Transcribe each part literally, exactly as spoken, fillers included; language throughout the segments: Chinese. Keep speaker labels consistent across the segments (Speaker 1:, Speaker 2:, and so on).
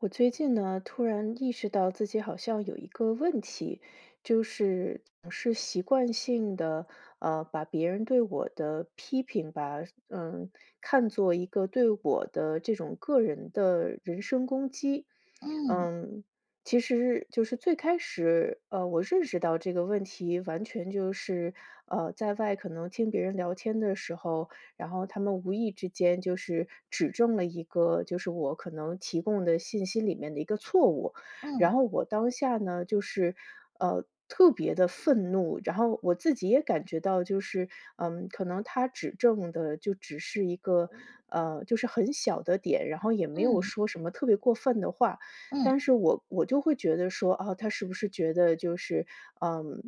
Speaker 1: 我最近呢，突然意识到自己好像有一个问题，就是总是习惯性的，呃，把别人对我的批评吧，嗯，看作一个对我的这种个人的人身攻击。
Speaker 2: 嗯
Speaker 1: 嗯，其实就是最开始，呃，我认识到这个问题，完全就是，呃，在外可能听别人聊天的时候，然后他们无意之间就是指正了一个就是我可能提供的信息里面的一个错误。
Speaker 2: 嗯
Speaker 1: 然后我当下呢，就是，呃，特别的愤怒，然后我自己也感觉到就是，嗯，可能他指正的就只是一个，呃，就是很小的点，然后也没有
Speaker 2: 嗯
Speaker 1: 说什么特别过分的话。
Speaker 2: 嗯
Speaker 1: 但是我我就会觉得说，啊，他是不是觉得就是，嗯，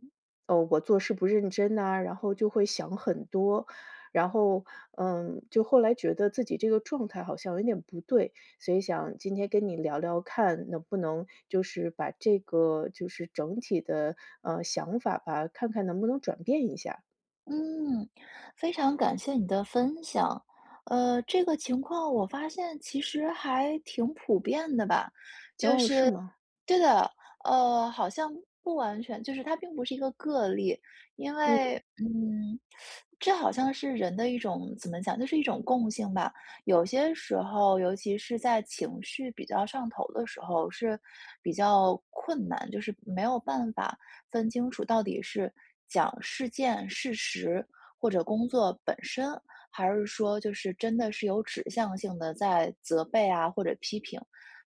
Speaker 1: 哦，我做事不认真呐，然后就会想很多。然后，嗯，就后来觉得自己这个状态好像有点不对，所以想今天跟你聊聊看，能不能就是把这个就是整体的呃想法吧，看看能不能转变一下。
Speaker 2: 嗯，非常感谢你的分享。呃，这个情况我发现其实还挺普遍的吧，就
Speaker 1: 哦，是
Speaker 2: 是
Speaker 1: 吗？
Speaker 2: 对的，呃，好像不完全，就是它并不是一个个例，因
Speaker 1: 嗯
Speaker 2: 为嗯，这好像是人的一种怎么讲，就是一种共性吧。有些时候，尤其是在情绪比较上头的时候，是比较困难，就是没有办法。分清楚到底是讲事件、事实或者工作本身，还是说就是真的是有指向性的在责备啊或者批评。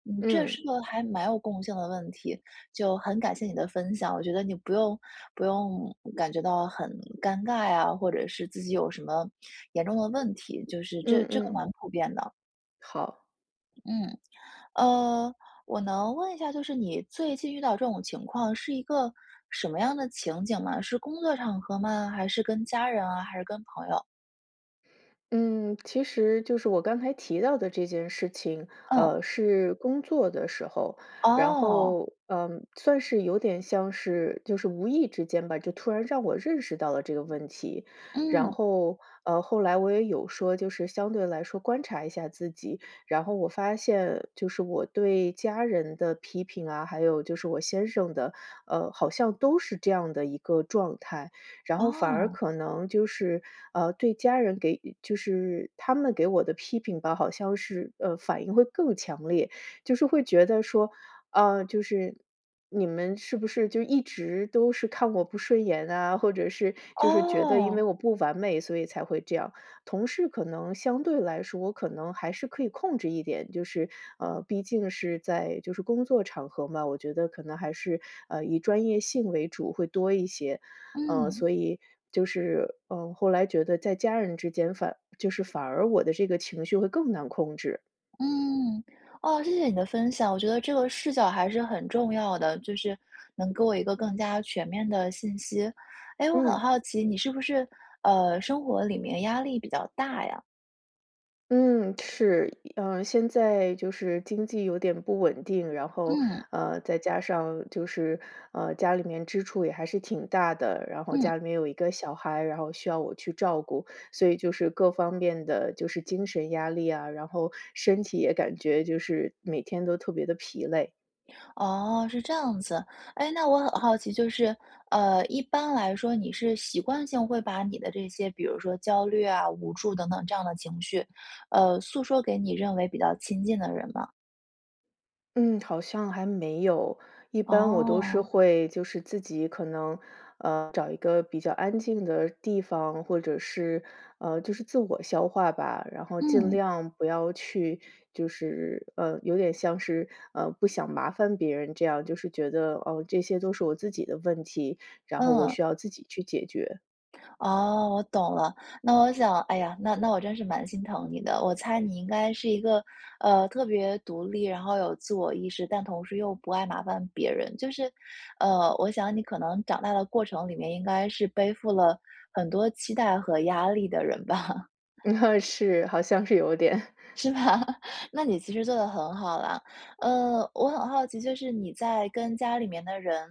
Speaker 2: 嗯，这
Speaker 1: 嗯
Speaker 2: 是个还蛮有共性的问题，就很感谢你的分享。我觉得你不用不用感觉到很尴尬呀，或者是自己有什么严重的问题，就是这
Speaker 1: 嗯
Speaker 2: 这个
Speaker 1: 嗯，
Speaker 2: 蛮普遍的。
Speaker 1: 好。
Speaker 2: 嗯。呃，我能问一下，就是你最近遇到这种情况是一个什么样的情景吗？是工作场合吗？还是跟家人啊？还是跟朋友？
Speaker 1: 嗯，其实就是我刚才提到的这件事情，
Speaker 2: 嗯。
Speaker 1: 呃，是工作的时候，然
Speaker 2: 哦。
Speaker 1: 后，嗯，算是有点像是就是无意之间吧，就突然让我认识到了这个问题，然
Speaker 2: 嗯。
Speaker 1: 后，呃，后来我也有说，就是相对来说观察一下自己，然后我发现就是我对家人的批评啊，还有就是我先生的，呃，好像都是这样的一个状态，然后反而
Speaker 2: 哦。
Speaker 1: 可能就是，呃，对家人给就是他们给我的批评吧，好像是，呃，反应会更强烈，就是会觉得说，呃，就是你们是不是就一直都是看我不顺眼啊，或者是就是觉得因为
Speaker 2: 哦。
Speaker 1: 我不完美，所以才会这样。同事可能相对来说，我可能还是可以控制一点，就是，呃，毕竟是在就是工作场合嘛，我觉得可能还是，呃，以专业性为主会多一些。呃，
Speaker 2: 嗯。
Speaker 1: 所以就是，嗯，呃后来觉得在家人之间反就是反而我的这个情绪会更难控制。
Speaker 2: 嗯。哦，谢谢你的分享，我觉得这个视角还是很重要的，就是能给我一个更加全面的信息。哎，我很
Speaker 1: 嗯，
Speaker 2: 好奇，你是不是呃生活里面压力比较大呀？
Speaker 1: 嗯，是，嗯，现在就是经济有点不稳定，然后，
Speaker 2: 嗯
Speaker 1: 呃，再加上就是，呃，家里面支出也还是挺大的，然后
Speaker 2: 嗯。
Speaker 1: 家里面有一个小孩，然后需要我去照顾，所以就是各方面的就是精神压力啊，然后身体也感觉就是每天都特别的疲累。
Speaker 2: 哦，是这样子。哎，那我很好奇，就是，呃，一般来说，你是习惯性会把你的这些，比如说焦虑啊、无助等等这样的情绪，呃，诉说给你认为比较亲近的人吗？
Speaker 1: 嗯，好像还没有。一般我都是
Speaker 2: 哦。
Speaker 1: 会就是自己可能，呃，找一个比较安静的地方，或者是，呃，就是自我消化吧，然后尽
Speaker 2: 嗯
Speaker 1: 量不要去就是，呃，有点像是，呃，不想麻烦别人这样，就是觉得，哦，这些都是我自己的问题，然后我
Speaker 2: 嗯。
Speaker 1: 需要自己去解决。
Speaker 2: 哦，我懂了。那我想，哎呀，那那我真是蛮心疼你的。我猜你应该是一个，呃，特别独立，然后有自我意识，但同时又不爱麻烦别人。就是，呃，我想你可能长大的过程里面，应该是背负了很多期待和压力的人吧。
Speaker 1: 那是，好像是有点。
Speaker 2: 是吧？那你其实做的很好啦。呃，我很好奇，就是你在跟家里面的人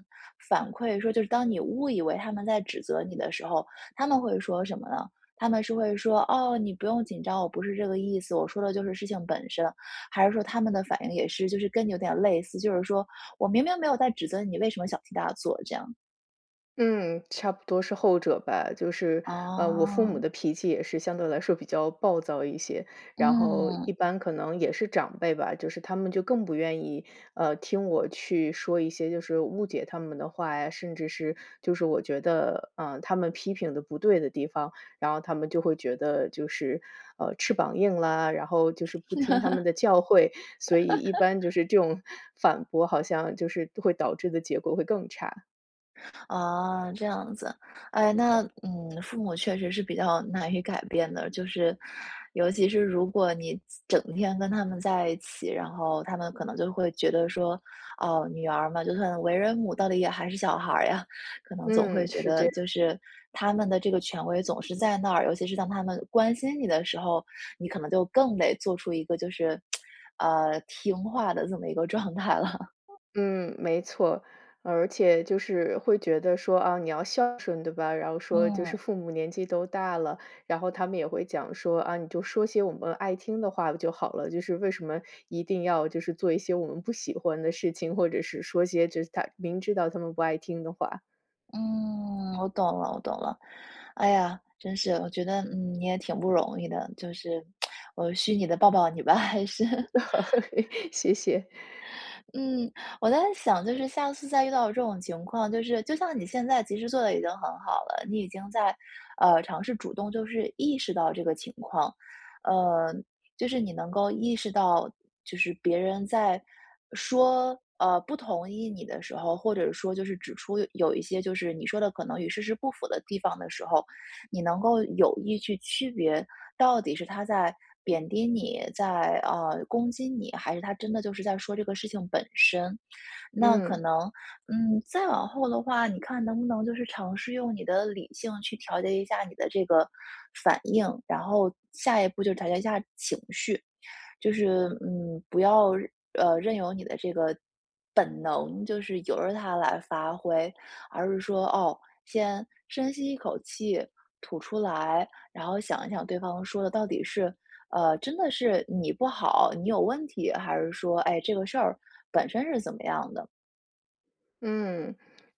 Speaker 2: 反馈说，就是当你误以为他们在指责你的时候，他们会说什么呢？他们是会说："哦，你不用紧张，我不是这个意思，我说的就是事情本身。"还是说他们的反应也是就是跟你有点类似，就是说我明明没有在指责你，为什么小题大做这样？
Speaker 1: 嗯，差不多是后者吧。就是，呃，我父
Speaker 2: 啊？
Speaker 1: 母的脾气也是相对来说比较暴躁一些，然后
Speaker 2: 嗯。
Speaker 1: 一般可能也是长辈吧，就是他们就更不愿意，呃，听我去说一些就是误解他们的话呀，甚至是就是我觉得，嗯、他们批评的不对的地方，然后他们就会觉得就是，呃，翅膀硬啦，然后就是不听他们的教诲，所以一般就是这种 反驳好像就是会导致的结果会更差。
Speaker 2: 啊，这样子。哎，那嗯，父母确实是比较难以改变的，就是尤其是如果你整天跟他们在一起，然后他们可能就会觉得说，哦，女儿嘛，就算为人母，到底也还是小孩儿呀，可能总会
Speaker 1: 嗯，
Speaker 2: 觉
Speaker 1: 是这
Speaker 2: 得
Speaker 1: 样。
Speaker 2: 就是他们的这个权威总是在那儿，尤其是当他们关心你的时候，你可能就更得做出一个就是，呃，听话的这么一个状态了。
Speaker 1: 嗯，没错，而且就是会觉得说啊，你要孝顺，对吧？然后说就是
Speaker 2: 嗯
Speaker 1: 父母年纪都大了，然后他们也会讲说啊，你就说些我们爱听的话不就好了，就是为什么一定要就是做一些我们不喜欢的事情，或者是说些就是他明知道他们不爱听的话。
Speaker 2: 嗯，我懂了，我懂了。哎呀，真是，我觉得，嗯，你也挺不容易的，就是，我虚拟的抱抱你吧，还是。
Speaker 1: 谢谢，
Speaker 2: 嗯，我在想就是下次再遇到这种情况，就是就像你现在其实做的已经很好了，你已经在，呃，尝试主动就是意识到这个情况，呃，就是你能够意识到，就是别人在说，呃，不同意你的时候，或者说就是指出有一些就是你说的可能与事实不符的地方的时候，你能够有意去区别，到底是他在贬低你，在呃攻击你，还是他真的就是在说这个事情本身。那可
Speaker 1: 嗯。
Speaker 2: 能，嗯，再往后的话，你看能不能就是尝试用你的理性去调节一下你的这个反应，然后下一步就调节一下情绪，就是嗯，不要呃任由你的这个本能就是由着它来发挥，而是说哦，先深吸一口气，吐出来，然后想一想对方说的到底是呃真的是你不好，你有问题，还是说哎这个事儿本身是怎么样的？
Speaker 1: 嗯，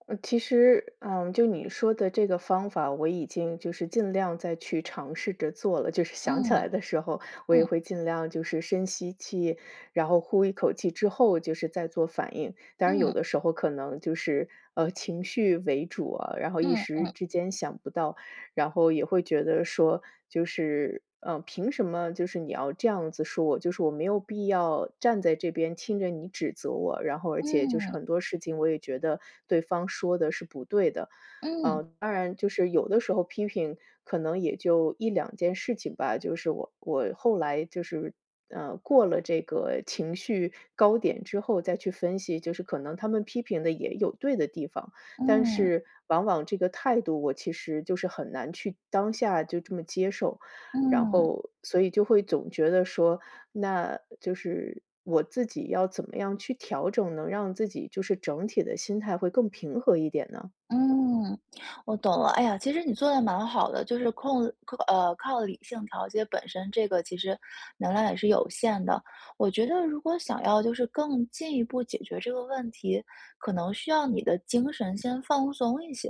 Speaker 1: 呃其实，嗯，就你说的这个方法，我已经就是尽量再去尝试着做了。就是想起
Speaker 2: 嗯
Speaker 1: 来的时候，我也
Speaker 2: 嗯
Speaker 1: 会尽量就是深吸气，然后呼一口气之后，就是再做反应。当然，有
Speaker 2: 嗯
Speaker 1: 的时候可能就是呃情绪为主啊，然后一
Speaker 2: 嗯
Speaker 1: 时之间想不到。然后也会觉得说，就是，呃，凭什么就是你要这样子说我？就是我没有必要站在这边听着你指责我，然后而且就是
Speaker 2: 嗯
Speaker 1: 很多事情我也觉得对方说的是不对的。
Speaker 2: 嗯
Speaker 1: 呃，当然就是有的时候批评可能也就一两件事情吧，就是我我后来就是，呃，过了这个情绪高点之后再去分析，就是可能他们批评的也有对的地方。但
Speaker 2: 嗯
Speaker 1: 是往往这个态度，我其实就是很难去当下就这么接受，然
Speaker 2: 嗯。
Speaker 1: 后所以就会总觉得说，那就是我自己要怎么样去调整，能让自己就是整体的心态会更平和一点呢？
Speaker 2: 嗯，我懂了。哎呀，其实你做的蛮好的，就是控靠呃靠理性调节本身这个其实能量也是有限的。我觉得如果想要就是更进一步解决这个问题，可能需要你的精神先放松一些。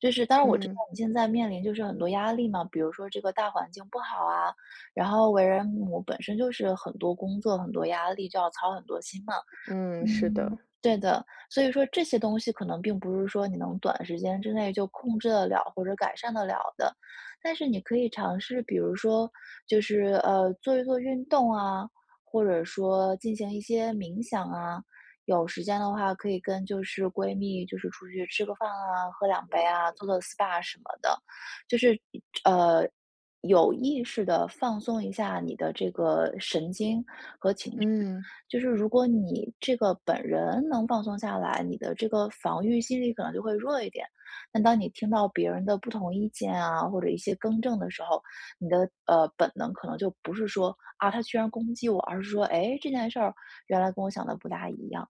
Speaker 2: 就是当然我知道
Speaker 1: 嗯
Speaker 2: 你现在面临就是很多压力嘛，比如说这个大环境不好啊，然后为人母本身就是很多工作很多压力，就要操很多心嘛。
Speaker 1: 嗯，是
Speaker 2: 嗯，
Speaker 1: 的，
Speaker 2: 对的，所以说这些东西可能并不是说你能短时间之内就控制得了或者改善得了的，但是你可以尝试，比如说就是呃做一做运动啊，或者说进行一些冥想啊，有时间的话可以跟就是闺蜜就是出去吃个饭啊，喝两杯啊，做做 S P A 什么的，就是呃有意识的放松一下你的这个神经。
Speaker 1: 嗯。
Speaker 2: 就是如果你这个本人能放松下来，你的这个防御心理可能就会弱一点。但当你听到别人的不同意见啊，或者一些更正的时候，你的呃本能可能就不是说啊他居然攻击我，而是说哎这件事儿原来跟我想的不大一样。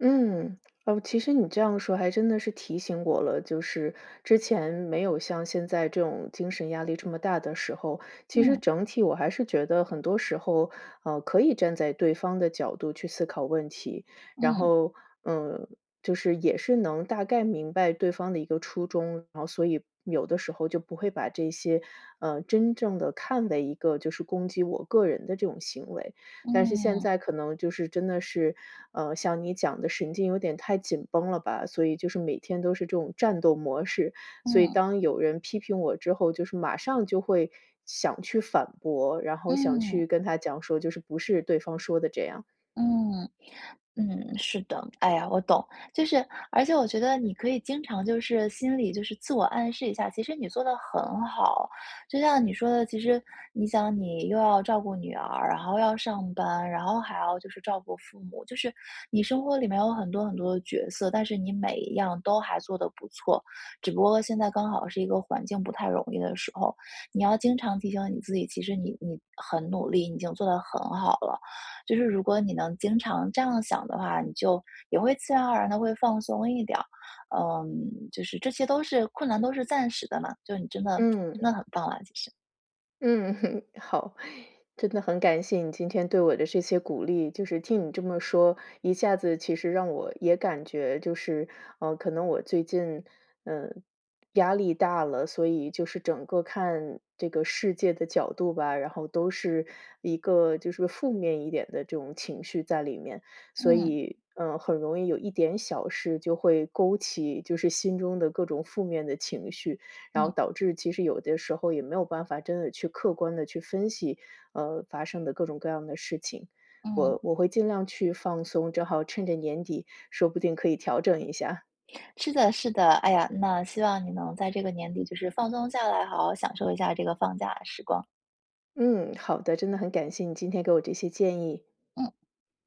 Speaker 1: 嗯，哦，其实你这样说还真的是提醒我了，就是之前没有像现在这种精神压力这么大的时候，其实
Speaker 2: 嗯
Speaker 1: 整体我还是觉得很多时候，呃，可以站在对方的角度去思考问题，然
Speaker 2: 嗯
Speaker 1: 后，嗯，就是也是能大概明白对方的一个初衷，然后所以有的时候就不会把这些，呃，真正的看为一个就是攻击我个人的这种行为。但是现
Speaker 2: 嗯嗯
Speaker 1: 在可能就是真的是，呃，像你讲的神经有点太紧绷了吧，所以就是每天都是这种战斗模式。所以
Speaker 2: 嗯
Speaker 1: 当有人批评我之后，就是马上就会想去反驳，然后想
Speaker 2: 嗯。
Speaker 1: 去跟他讲说，就是不是对方说的这样。
Speaker 2: 嗯嗯，是的，哎呀，我懂，就是而且我觉得你可以经常就是心里就是自我暗示一下，其实你做的很好。就像你说的，其实你想你又要照顾女儿，然后要上班，然后还要就是照顾父母，就是你生活里面有很多很多的角色，但是你每一样都还做得不错，只不过现在刚好是一个环境不太容易的时候，你要经常提醒你自己，其实你你很努力，你已经做得很好了。就是如果你能经常这样想的话，你就也会自然而然的会放松一点儿。嗯，就是这些都是困难，都是暂时的嘛。就你真的
Speaker 1: 嗯。
Speaker 2: 真的很棒了，其实。
Speaker 1: 嗯，好，真的很感谢你今天对我的这些鼓励，就是听你这么说，一下子其实让我也感觉就是，呃，可能我最近，嗯，压力大了，所以就是整个看这个世界的角度吧，然后都是一个就是负面一点的这种情绪在里面，所
Speaker 2: 嗯
Speaker 1: 以，嗯、很容易有一点小事就会勾起就是心中的各种负面的情绪，然后
Speaker 2: 嗯
Speaker 1: 导致其实有的时候也没有办法真的去客观的去分析，呃，发生的各种各样的事情。
Speaker 2: 嗯，
Speaker 1: 我我会尽量去放松，正好趁着年底，说不定可以调整一下。
Speaker 2: 是的，是的。哎呀，那希望你能在这个年底就是放松下来，好好享受一下这个放假时光。
Speaker 1: 嗯，好的，真的很感谢你今天给我这些建议。
Speaker 2: 嗯。